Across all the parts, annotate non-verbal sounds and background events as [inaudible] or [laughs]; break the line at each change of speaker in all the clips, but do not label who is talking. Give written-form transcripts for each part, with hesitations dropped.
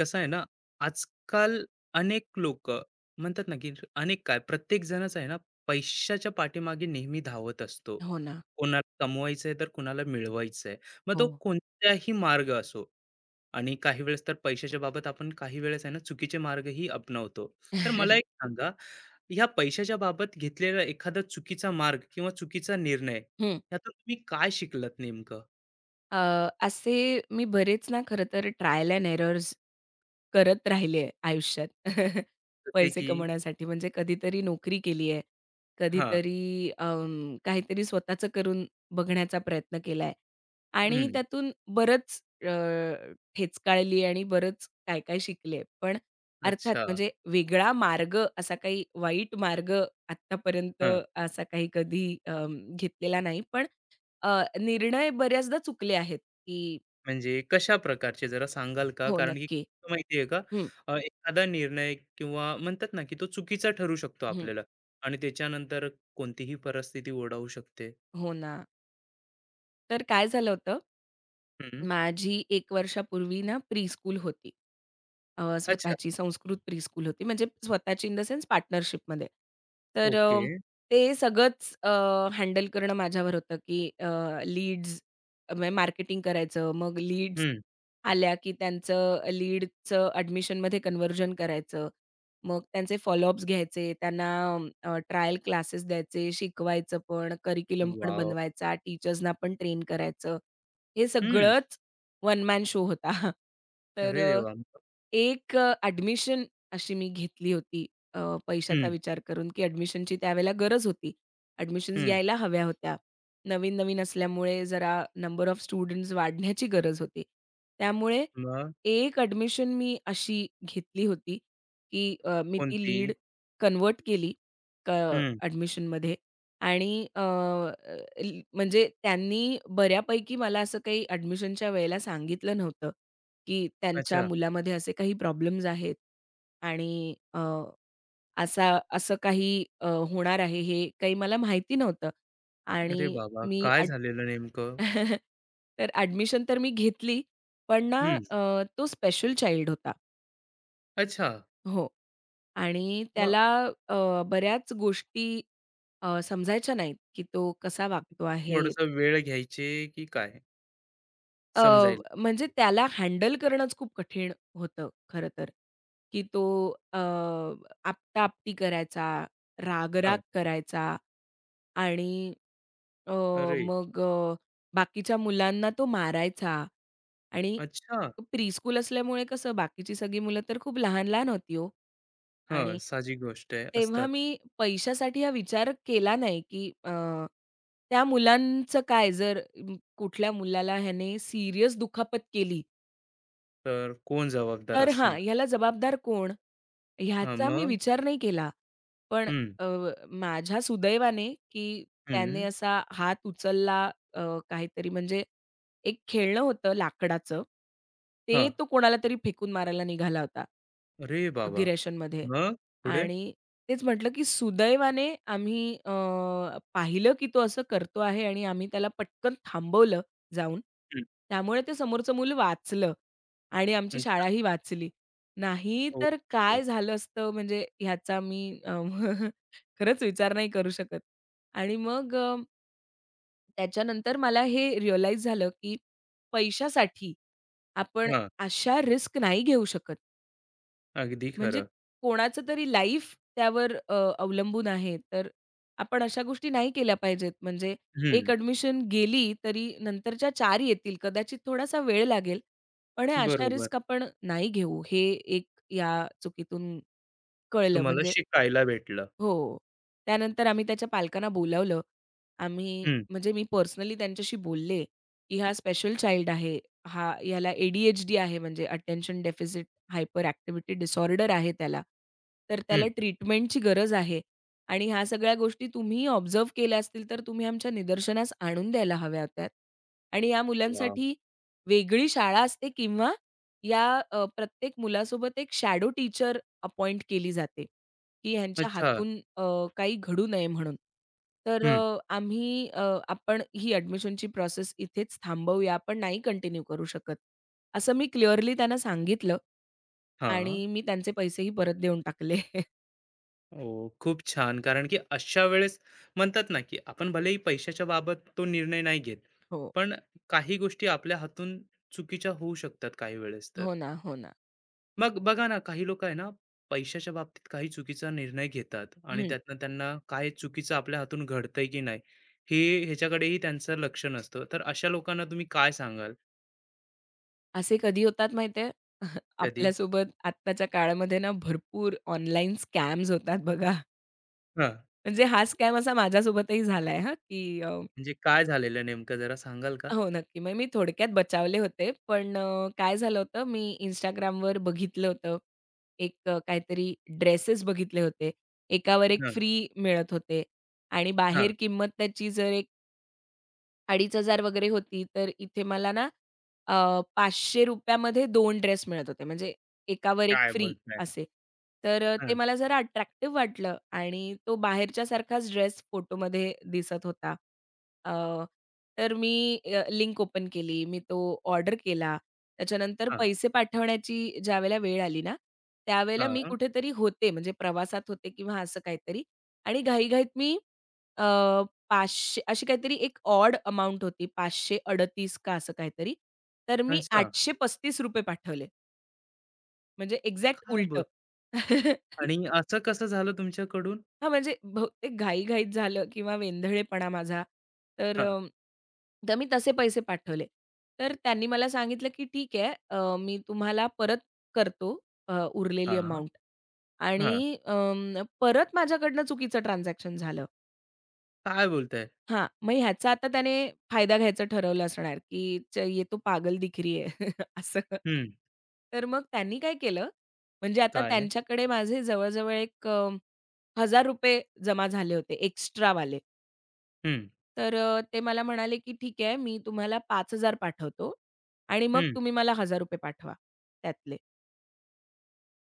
कसं आहे ना आजकाल अनेक लोक म्हणतात ना की अनेक काय प्रत्येक जणच आहे ना पैशाच्या पाठीमागे नेहमी धावत असतो.
हो ना.
कोणाला कमवायचंय तर कोणाला मिळवायचंय, मग
हो.
तो कोणताही मार्ग असो. आणि काही वेळेस तर पैशाच्या बाबत आपण काही वेळेस आहे ना चुकीचे मार्गही अपनावतो. तर मला एक
[laughs]
सांगा, ह्या पैशाच्या बाबत घेतलेला एखादा चुकीचा मार्ग किंवा चुकीचा निर्णय
हं.
यातून तुम्ही काय शिकलात नेमकं.
अ, असे मी बरेच ना खरं तर ट्रायल एंड एरर्स करत राहिले आयुष्यात. [laughs]
जसे
पैसे
की
कमवण्यासाठी म्हणजे कधीतरी नोकरी केली आहे.
हा.
कधीतरी काहीतरी स्वतःचं करून बघण्याचा प्रयत्न केलाय आणि
हम्म.
त्यातून बरंच अ, ठेचकाळली आणि बरंच काय-काय शिकले. पण अर्थात
अच्छा.
म्हणजे वेगळा मार्ग असा काही वाईट मार्ग आत्तापर्यंत असा काही कधी घेतलेला नाही. पण निर्णय बऱ्याचदा चुकले आहेत, की
म्हणजे कशा प्रकारचे जरा सांगाल का?
हो,
कारण की
नक्की.
माहितीये का,
हं,
एखादा निर्णय किंवा म्हणतात ना, की तो चुकीचा ठरू शकतो
हं.
आपल्याला आणि त्याच्यानंतर कोणतीही परिस्थिती ओढावू शकते.
हो ना. तर काय झालं होतं,
हं.
माझी 1 वर्षापूर्वी ना प्रीस्कूल होती.
अच्छा.
स्वतःची संस्कृत प्रीस्कूल होती. म्हणजे स्वतःची इन द सेन्स पार्टनरशिपमध्ये. तर
ओके.
ते सगळंच हँडल करणं माझ्यावर होतं, की लीड्स म्हणजे मार्केटिंग करायचं. मग लीड्स
हं.
आल्या, की त्यांचं लीडचं ॲडमिशनमध्ये कन्व्हर्जन करायचं. मग त्यांचे फॉलोअप्स घ्यायचे. त्यांना ट्रायल क्लासेस द्यायचे, शिकवायचं पण, करिक्युलम पण
वॉव!
बनवायचा, टीचर्सना पण ट्रेन करायचं. हे
हं.
सगळंच वन मॅन शो होता. [laughs] तर
अरे
अ,
देवा!
एक अ, ॲडमिशन अशी मी घेतली होती अ, पैशाचा
हं,
विचार करून, की ॲडमिशनची त्यावेळेला गरज होती. ॲडमिशन्स
हं.
यायला हव्या होत्या. नवीन-नवीन असल्यामुळे जरा नंबर ऑफ स्टुडंट्स वाढण्याची गरज होती. त्यामुळे
मग
एक ॲडमिशन मी अशी घेतली होती, की मी ती
कोणती?
लीड कन्व्हर्ट केली क
हं.
ॲडमिशनमध्ये आणि अ, ल म्हणजे त्यांनी बऱ्यापैकी मला असं काही ॲडमिशनच्या वेळेला सांगितलं नव्हतं, की त्यांच्या
अच्छा.
मुलामध्ये असे काही प्रॉब्लेम्स आहेत आणि असं काही होणार आहे हे काही मला माहिती नव्हतं
अरे
आणि
बाबा!
मी
काय
ॲड
झालेलं नेमकं?
[laughs] तर ॲडमिशन तर मी घेतली, पण ना
हं.
अ, तो स्पेशल चाइल्ड होता.
अच्छा.
हो. आणि
मग
त्याला बऱ्याच गोष्टी समजायच्या नाहीत, की तो कसा वागतो आहे.
थोडासा वेळ घ्यायचे की काय
अ,
समजायला?
म्हणजे त्याला हँडल करणंच खूप कठीण होतं खरं तर, की तो अ, आपटा करायचा, राग
हां.
करायचा आणि अ,
अरे!
मग बाकीच्या मुलांना तो मारायचा आणि
अच्छा.
प्रीस्कूल असल्यामुळे कसं बाकीची सगळी मुलं तर खूप लहान-लहान होती हो.
हां,
आणि
साहजिक गोष्ट आहे,
तेव्हा
असतात.
मी पैशासाठी हा विचार केला नाही, की त्या मुलांचं काय जर कुठल्या मुलाला ह्याने सीरियस दुखापत केली
तर कोण जबाबदार
तर हां,
असणार?
ह्याला जबाबदार कोण?
हां,
ह्याचा मी
मग?
विचार नाही केला. पण
हं,
अ, माझ्या सुदैवाने, की त्याने
हं,
असा हात उचलला अ, काहीतरी म्हणजे एक खेळणं होतं लाकडाचं. ते
हां.
तो कोणाला तरी फेकून मारायला निघाला होता,
अरे बाबा!
अगिरेशनमध्ये
मग पुढे?
आणि तेच म्हटलं, की सुदैवाने आम्ही पाहिलं, की तो असं करतो आहे आणि आम्ही त्याला पटकन थांबवलं जाऊन.
हं,
त्यामुळे ते समोरचं मूल वाचलं. आणि आमची
अच्छा.
शाळाही वाचली. नाही तर
ओके.
काय झालं असतं म्हणजे ह्याचा मी [laughs] खरंच विचार नाही करू शकत. आणि मग त्याच्यानंतर मला हे रिअलाईज झालं, की पैशासाठी आपण
हां,
अशा रिस्क नाही घेऊ शकत.
अगदी
म्हणजे
खरं.
कोणाचं तरी लाईफ त्यावर अवलंबून आहे. तर आपण अशा गोष्टी नाही केल्या पाहिजेत. म्हणजे एक
हं,
ॲडमिशन गेली तरी नंतरच्या 4 येतील. कदाचित थोडासा वेळ लागेल. पण ह्या अशा
बरोबर.
रिस्क आपण नाही घेऊ. हे एक या चुकीतून कळलं.
तुम्हाला
म्हणजे
शिकायला भेटलं.
हो. त्यानंतर आम्ही त्याच्या पालकांना बोलावलं. आम्ही
हं,
म्हणजे मी पर्सनली त्यांच्याशी बोलले, की हा स्पेशल चाइल्ड आहे. ह्याला ए-डी-एच-डी आहे म्हणजे attention deficit hyperactivity disorder आहे त्याला. तर त्याला
हं.
ट्रीटमेंटची गरज आहे आणि ह्या सगळ्या गोष्टी तुम्ही ऑब्झर्व्ह केल्या असतील, तर तुम्ही आमच्या निदर्शनास आणून द्यायला हव्या होत्या आणि या
वॉव!
मुलांसाठी वेगळी शाळा असते किंवा या प्रत्येक मुलासोबत एक शॅडो टीचर अपॉइंट केली जाते. की ह्यांच्या
अच्छा.
हातून काही घडू नये म्हणून. तर
हं,
अ, आम्ही अ, आपण ही ॲडमिशनची प्रोसेस इथेच थांबवूया, आपण नाही कंटिन्यू करू शकत. असं मी क्लिअरली त्यांना सांगितलं
हां.
आणि मी त्यांचे पैसेही परत देऊन टाकले. [laughs]
ओह, खूप छान. कारण की अशा वेळेस म्हणतात ना, की आपण भलेही पैशाच्या बाबत तो निर्णय नाही घेत,
हो.
पण काही गोष्टी आपल्या हातून चुकीच्या होऊ शकतात काही वेळेस तर.
हो ना, हो ना.
मग बघा ना, काही लोकं आहे ना, पैशाच्या बाबतीत काही चुकीचा निर्णय घेतात आणि
हं.
त्यातनं त्यांना काय चुकीचं आपल्या हातून घडतंय की नाही, हे ह्याच्याकडेही त्यांचं लक्ष नसतं. तर अशा लोकांना तुम्ही काय सांगाल.
असे कधी होतात माहिती [laughs]
कधी?
आपल्यासोबत आत्ताच्या काळामध्ये ना भरपूर ऑनलाईन स्कॅम्स होतात बघा.
हां.
म्हणजे हा स्कॅम असा माझ्यासोबतही झालाय हां, की
म्हणजे काय झालेलं नेमकं जरा सांगाल का?
हो, नक्की. मग मी थोडक्यात बचावले होते. पण काय झालं होतं, मी Instagramवर बघितलं होतं. एक काहीतरी ड्रेसेस बघितले होते. एकावर एक
हां,
फ्री मिळत होते आणि
हां.
बाहेर किंमत त्याची जर ₹2500 वगैरे होती. तर इथे मला ना अ, ₹500 मध्ये दोन ड्रेस मिळत होते. म्हणजे एकावर एक
काय
फ्री
बोलताय?
असे. तर ते
हां,
मला जरा अट्रॅक्टिव्ह वाटलं आणि तो बाहेरच्यासारखाच ड्रेस फोटोमध्ये दिसत होता. अ, तर मी लिंक ओपन केली. मी तो ऑर्डर केला. त्याच्यानंतर
हां,
पैसे पाठवण्याची ज्यावेळेला वेळ आली ना, त्यावेळेला मी
हां.
कुठेतरी होते म्हणजे प्रवासात होते किंवा असं काहीतरी आणि घाईघाईत मी 500 अशी काहीतरी एक ऑड अमाउंट होती. 538 का असं काहीतरी. तर मी
अच्छा.
₹835 पाठवले. म्हणजे एक्झॅक्ट
काय
उलटं.
बोल.
[laughs]
आणि असं कसं झालं तुमच्याकडून?
हां, म्हणजे बहुतेक घाई-घाईत झालं किंवा वेंधळेपणा माझा. तर
हां,
अ, तर मी तसे पैसे पाठवले. तर त्यांनी मला सांगितलं, की "ठीक आहे, मी तुम्हाला परत करतो उरलेली
हां,
अमाउंट."
हां.
आणि परत माझ्याकडनं चुकीचं ट्रान्झॅक्शन झालं.
काय बोलताय?
हां, मग ह्याचा आता त्याने फायदा घ्यायचं ठरवलं असणार, की च ये तो पागल दिखरी रही है [laughs] असं.
हं.
तर मग त्यांनी काय केलं, म्हणजे आता
काय?
त्यांच्याकडे माझे जवळ-जवळ एक ₹1000 जमा झाले होते एक्स्ट्रा वाले,
हं,
तर ते मला म्हणाले, की "ठीक आहे, मी तुम्हाला 5,000 पाठवतो आणि मग
हं.
तुम्ही मला ₹1000 पाठवा त्यातले.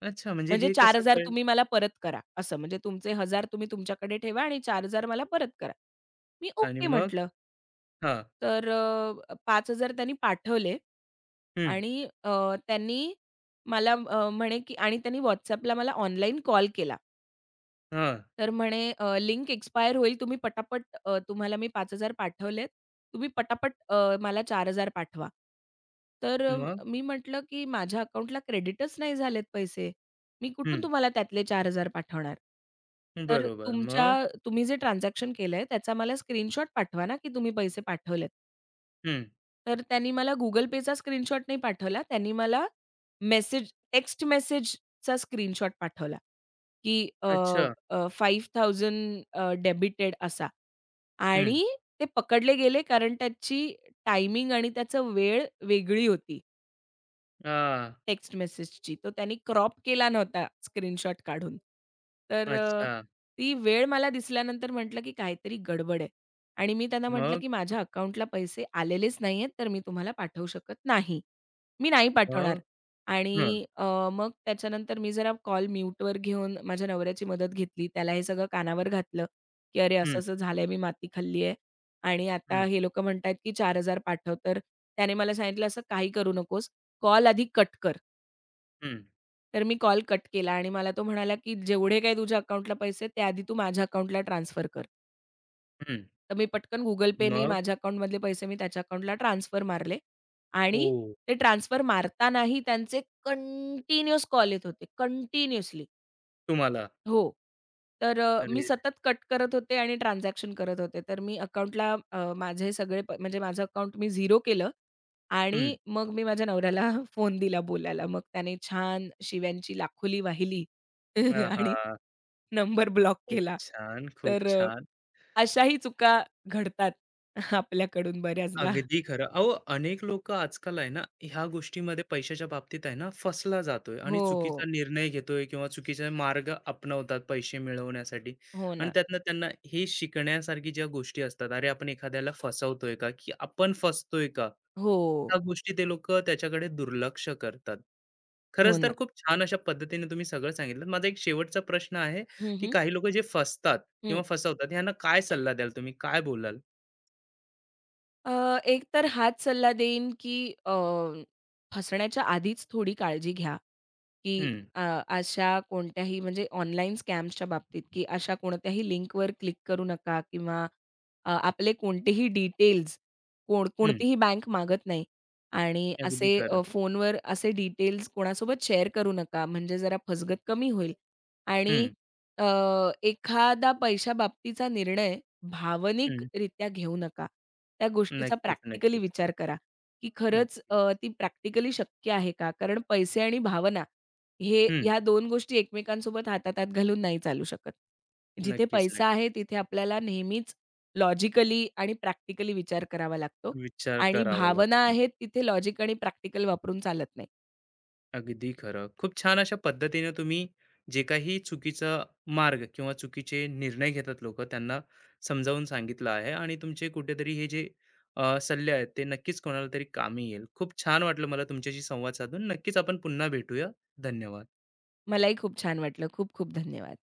अच्छा म्हणजे
म्हणजे
हे कसं
4,000
कळलं.
तुम्ही मला परत करा." असं. म्हणजे तुमचे 1000 तुम्ही तुमच्याकडे ठेवा आणि 4,000 मला परत करा. मी
आणि
ओके
मग?
म्हटलं.
हां,
तर 5,000 त्यांनी पाठवले
हं.
आणि त्यांनी मला अ, म्हणे की आणि त्यांनी WhatsAppला मला ऑनलाईन कॉल केला.
हां.
तर म्हणे लिंक एक्सपायर होईल तुम्ही पटापट तुम्हाला मी 5,000 पाठवलेत. तुम्ही पटापट मला 4,000 पाठवा. तर
मग?
अ, मी म्हटलं की माझ्या अकाउंटला क्रेडिटच नाही झालेत पैसे. मी कुठून
हं.
तुम्हाला त्यातले 4,000 पाठवणार? तर
बरोबर.
तुमच्या
मग?
तुम्ही जे ट्रान्झॅक्शन केलंय त्याचा मला स्क्रीनशॉट पाठवा ना की तुम्ही पैसे पाठवलेत.
हं.
तर त्यांनी मला Google Payचा स्क्रीनशॉट नाही पाठवला. त्यांनी मला टेक्स्ट मेसेजचा स्क्रीनशॉट पाठवला, की अ,
अच्छा.
अ, 5,000 डेबिटेड असा
हं.
आणि ते पकडले गेले कारण त्याची टायमिंग आणि त्याचा वेळ वेगळी होती.
आ,
टेक्स्ट मेसेजची. तो त्यांनी क्रॉप केला नव्हता स्क्रीनशॉट काढून. तर अ,
अच्छा.
ती वेळ मला दिसल्यानंतर म्हटलं, की काहीतरी गडबड आहे आणि मी त्यांना म्हटलं,
मग?
की माझ्या अकाउंटला पैसे आलेलेच नाहीयेत, तर मी तुम्हाला पाठवू शकत नाही. मी नाही पाठवणार.
मग? हं.
आणि मग त्याच्यानंतर मी जरा कॉल म्यूटवर घेऊन माझ्या नवऱ्याची मदत घेतली. त्याला हे सगळं कानावर घातलं, की "अरे,
हं,
असं-असं झालंय, मी माती खाल्ली आहे आणि आता
हं,
हे लोकं म्हणतायत, की 4,000 पाठव." तर त्याने मला सांगितलं, "असं काही करू नकोस. कॉल आधी कट कर."
हं,
तर मी कॉल कट केला आणि मला तो म्हणाला, की "जेवढे काही तुझ्या अकाउंटला पैसे आहेत, ते आधी तू माझ्या अकाउंटला ट्रान्सफर कर."
हं.
तर मी पटकन Google Payने
मग?
माझ्या अकाउंटमधले पैसे मी त्याच्या अकाउंटला ट्रान्सफर मारले आणि
ओह!
ते ट्रान्सफर मारतानाही त्यांचे कंटिन्यूअस कॉल येत होते, कंटिन्युअसली.
तुम्हाला.
हो. मी
अरे!
सतत कट करत होते आणि ट्रान्झॅक्शन करत होते. तर मी अकाउंटला माझे सगळे प म्हणजे माझं अकाउंट मी 0 केलं आणि
हं.
मग मी माझ्या नवऱ्याला [laughs] फोन दिला बोलायला. मग त्याने छान शिव्यांची लाखोली वाहिली [laughs] आणि
आहा!
नंबर ब्लॉक
खूप
केला.
छान, खूप
तर अ,
छान.
अशाही चुका घडतात [laughs] आपल्याकडून बऱ्याचदा.
अगदी खरं. अहो, अनेक लोकं आजकाल आहे ना, ह्या गोष्टीमध्ये पैशाच्या बाबतीत आहे ना, फसला जातोय आणि
हो.
चुकीचा निर्णय घेतोय किंवा चुकीचा मार्ग अपनवतात पैसे मिळवण्यासाठी.
हो
आणि
ना.
त्यातनं त्यांना हे शिकण्यासारखी ज्या गोष्टी असतात, अरे आपण एखाद्याला फसवतोय का? की आपण फसतोय का?
हो.
त्या गोष्टी ते लोकं त्याच्याकडे दुर्लक्ष करतात.
हो
खरंच
ना.
तर खूप छान अशा पद्धतीने तुम्ही सगळं सांगितलं. माझा एक शेवटचा प्रश्न आहे,
हं,
की
हं.
काही लोकं जे फसतात किंवा फसवतात, ह्यांना काय सल्ला द्याल तुम्ही? काय बोलाल?
अ, एक तर हाच सल्ला देईन, की अ, फसण्याच्या आधीच थोडी काळजी घ्या, की
हं,
अ, अशा कोणत्याही म्हणजे ऑनलाईन स्कॅम्सच्या बाबतीत, की अशा कोणत्याही लिंकवर क्लिक करू नका किंवा आपले कोणतेही डिटेल्स
हं.
कोणतीही बँक मागत नाही आणि असे
अगदी खरं.
फोनवर असे डिटेल्स कोणासोबत शेअर करू नका, म्हणजे जरा फसगत कमी होईल आणि
हं,
अ, एखादा पैशाबाबतीचा निर्णय
हं.
भावनिकरित्या घेऊ नका. त्या गोष्टीचा
नक्कीच,
प्रॅक्टिकली
नक्कीच,
विचार करा, की खरंच
नक्की.
ती प्रॅक्टिकली शक्य आहे का? कारण पैसे आणि भावना हे
हं.
ह्या 2 गोष्टी एकमेकांसोबत हाताहातात घालून नाही चालू शकत. जिथे
नक्कीच,
पैसा आहे
नक्कीच.
तिथे आपल्याला नेहमीच लॉजिकली आणि प्रॅक्टिकली विचार करावा लागतो
विचार
आणि
करावा
भावना
लागतो.
आहेत तिथे लॉजिक आणि प्रॅक्टिकल वापरून चालत नाही.
अगदी खरं. खूप छान अशा पद्धतीने तुम्ही जे काही चुकीचा मार्ग किंवा चुकीचे निर्णय घेतात लोकं, त्यांना समजावून सांगितलं आहे आणि तुमचे कुठेतरी हे जे सल्ले आहेत, ते नक्कीच कोणाला तरी कामी येईल. खूप छान वाटलं मला तुमच्याशी संवाद साधून. नक्कीच आपण पुन्हा भेटूया. धन्यवाद.
मलाही खूप छान वाटलं. खूप खूप धन्यवाद.